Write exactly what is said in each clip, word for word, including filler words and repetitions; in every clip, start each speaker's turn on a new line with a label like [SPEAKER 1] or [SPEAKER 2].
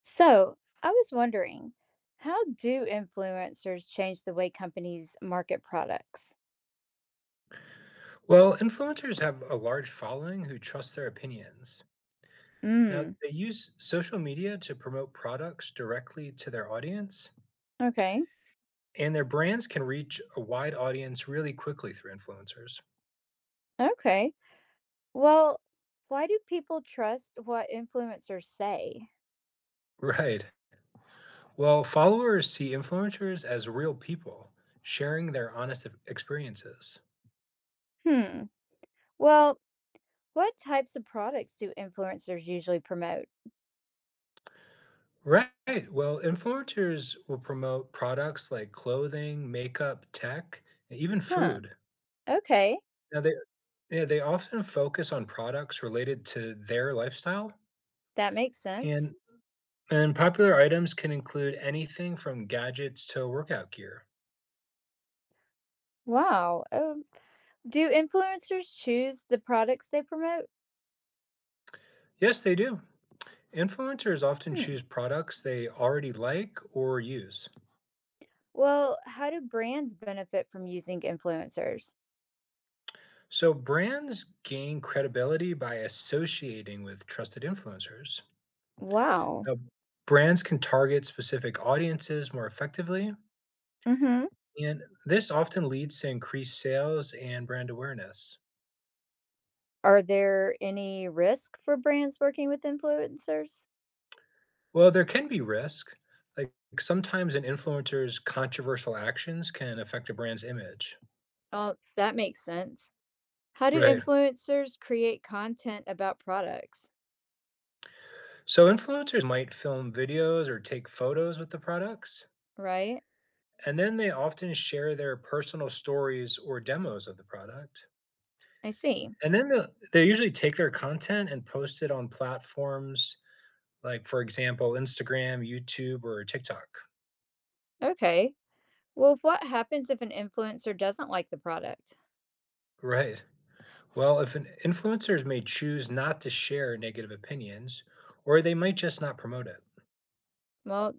[SPEAKER 1] So, I was wondering, how do influencers change the way companies market products?
[SPEAKER 2] Well, influencers have a large following who trust their opinions. Now,
[SPEAKER 1] Mm,
[SPEAKER 2] they use social media to promote products directly to their audience,
[SPEAKER 1] okay.
[SPEAKER 2] and their brands can reach a wide audience really quickly through influencers.
[SPEAKER 1] Okay. Well, why do people trust what influencers say?
[SPEAKER 2] Right. Well, followers see influencers as real people sharing their honest e- experiences.
[SPEAKER 1] Hmm. Well, what types of products do influencers usually promote?
[SPEAKER 2] Right. Well, influencers will promote products like clothing, makeup, tech, and even
[SPEAKER 1] Huh.
[SPEAKER 2] food.
[SPEAKER 1] Okay.
[SPEAKER 2] Now, they Yeah, they often focus on products related to their lifestyle,
[SPEAKER 1] That makes
[SPEAKER 2] and
[SPEAKER 1] sense.
[SPEAKER 2] and popular items can include anything from gadgets to workout gear.
[SPEAKER 1] Wow. Um, do influencers choose the products they promote?
[SPEAKER 2] Yes, they do. Influencers often
[SPEAKER 1] Hmm.
[SPEAKER 2] choose products they already like or use.
[SPEAKER 1] Well, how do brands benefit from using influencers?
[SPEAKER 2] So brands gain credibility by associating with trusted influencers.
[SPEAKER 1] Wow.
[SPEAKER 2] Now, brands can target specific audiences more effectively,
[SPEAKER 1] Mhm.
[SPEAKER 2] and this often leads to increased sales and brand awareness.
[SPEAKER 1] Are there any risk for brands working with influencers?
[SPEAKER 2] Well, there can be risk. Like sometimes an influencer's controversial actions can affect a brand's image.
[SPEAKER 1] Oh, that makes sense. How do
[SPEAKER 2] Right.
[SPEAKER 1] influencers create content about products?
[SPEAKER 2] So influencers might film videos or take photos with the products,
[SPEAKER 1] Right?
[SPEAKER 2] and then they often share their personal stories or demos of the product.
[SPEAKER 1] I see.
[SPEAKER 2] And then the, they usually take their content and post it on platforms like, for example, Instagram, YouTube, or TikTok.
[SPEAKER 1] Okay. Well, what happens if an influencer doesn't like the product?
[SPEAKER 2] Right. Well, if an influencers may choose not to share negative opinions, or they might just not promote it.
[SPEAKER 1] Well,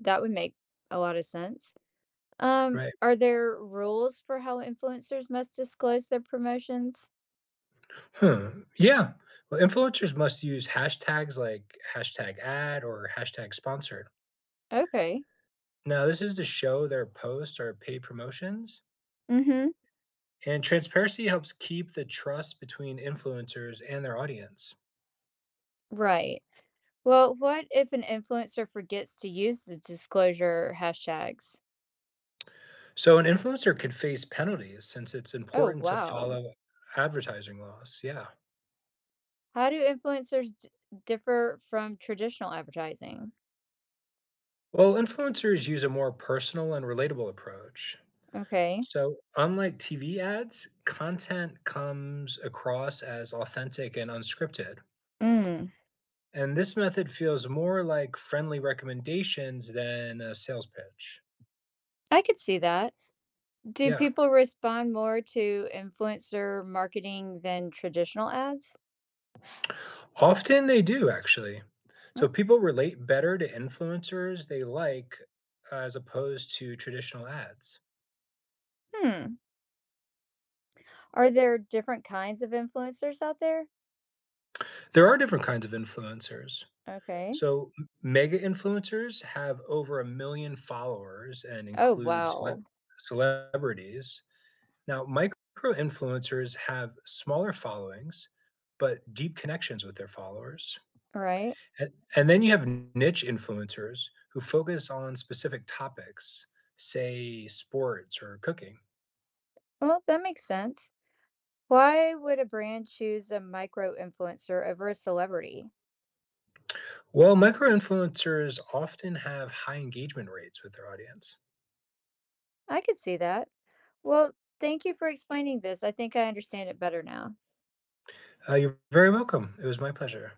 [SPEAKER 1] that would make a lot of sense. Um,
[SPEAKER 2] Right.
[SPEAKER 1] are there rules for how influencers must disclose their promotions?
[SPEAKER 2] Huh. Yeah. Well, influencers must use hashtags like hashtag ad or hashtag sponsored.
[SPEAKER 1] Okay.
[SPEAKER 2] Now, this is to show their posts are paid promotions,
[SPEAKER 1] Mhm.
[SPEAKER 2] and transparency helps keep the trust between influencers and their audience.
[SPEAKER 1] Right. Well, what if an influencer forgets to use the disclosure hashtags?
[SPEAKER 2] So, an influencer could face penalties since it's
[SPEAKER 1] Oh,
[SPEAKER 2] important to
[SPEAKER 1] wow.
[SPEAKER 2] follow advertising laws. Yeah.
[SPEAKER 1] How do influencers d- differ from traditional advertising?
[SPEAKER 2] Well, influencers use a more personal and relatable approach.
[SPEAKER 1] Okay.
[SPEAKER 2] So, unlike T V ads, content comes across as authentic and unscripted.
[SPEAKER 1] Mm,
[SPEAKER 2] And this method feels more like friendly recommendations than a sales pitch.
[SPEAKER 1] I could see that. Do
[SPEAKER 2] Yeah.
[SPEAKER 1] people respond more to influencer marketing than traditional ads?
[SPEAKER 2] Often they do, actually. So
[SPEAKER 1] Mm,
[SPEAKER 2] people relate better to influencers they like as opposed to traditional ads.
[SPEAKER 1] hmm. Are there different kinds of influencers out there?
[SPEAKER 2] There are different kinds of influencers.
[SPEAKER 1] Okay.
[SPEAKER 2] So m- mega influencers have over a million followers and
[SPEAKER 1] Oh,
[SPEAKER 2] include cele-
[SPEAKER 1] wow.
[SPEAKER 2] celebrities. Now, micro influencers have smaller followings, but deep connections with their followers.
[SPEAKER 1] Right.
[SPEAKER 2] And and then you have niche influencers who focus on specific topics, say sports or cooking.
[SPEAKER 1] Well, that makes sense. Why would a brand choose a micro influencer over a celebrity?
[SPEAKER 2] Well, micro-influencers often have high engagement rates with their audience.
[SPEAKER 1] I could see that. Well, thank you for explaining this. I think I understand it better now.
[SPEAKER 2] Uh, you're very welcome. It was my pleasure.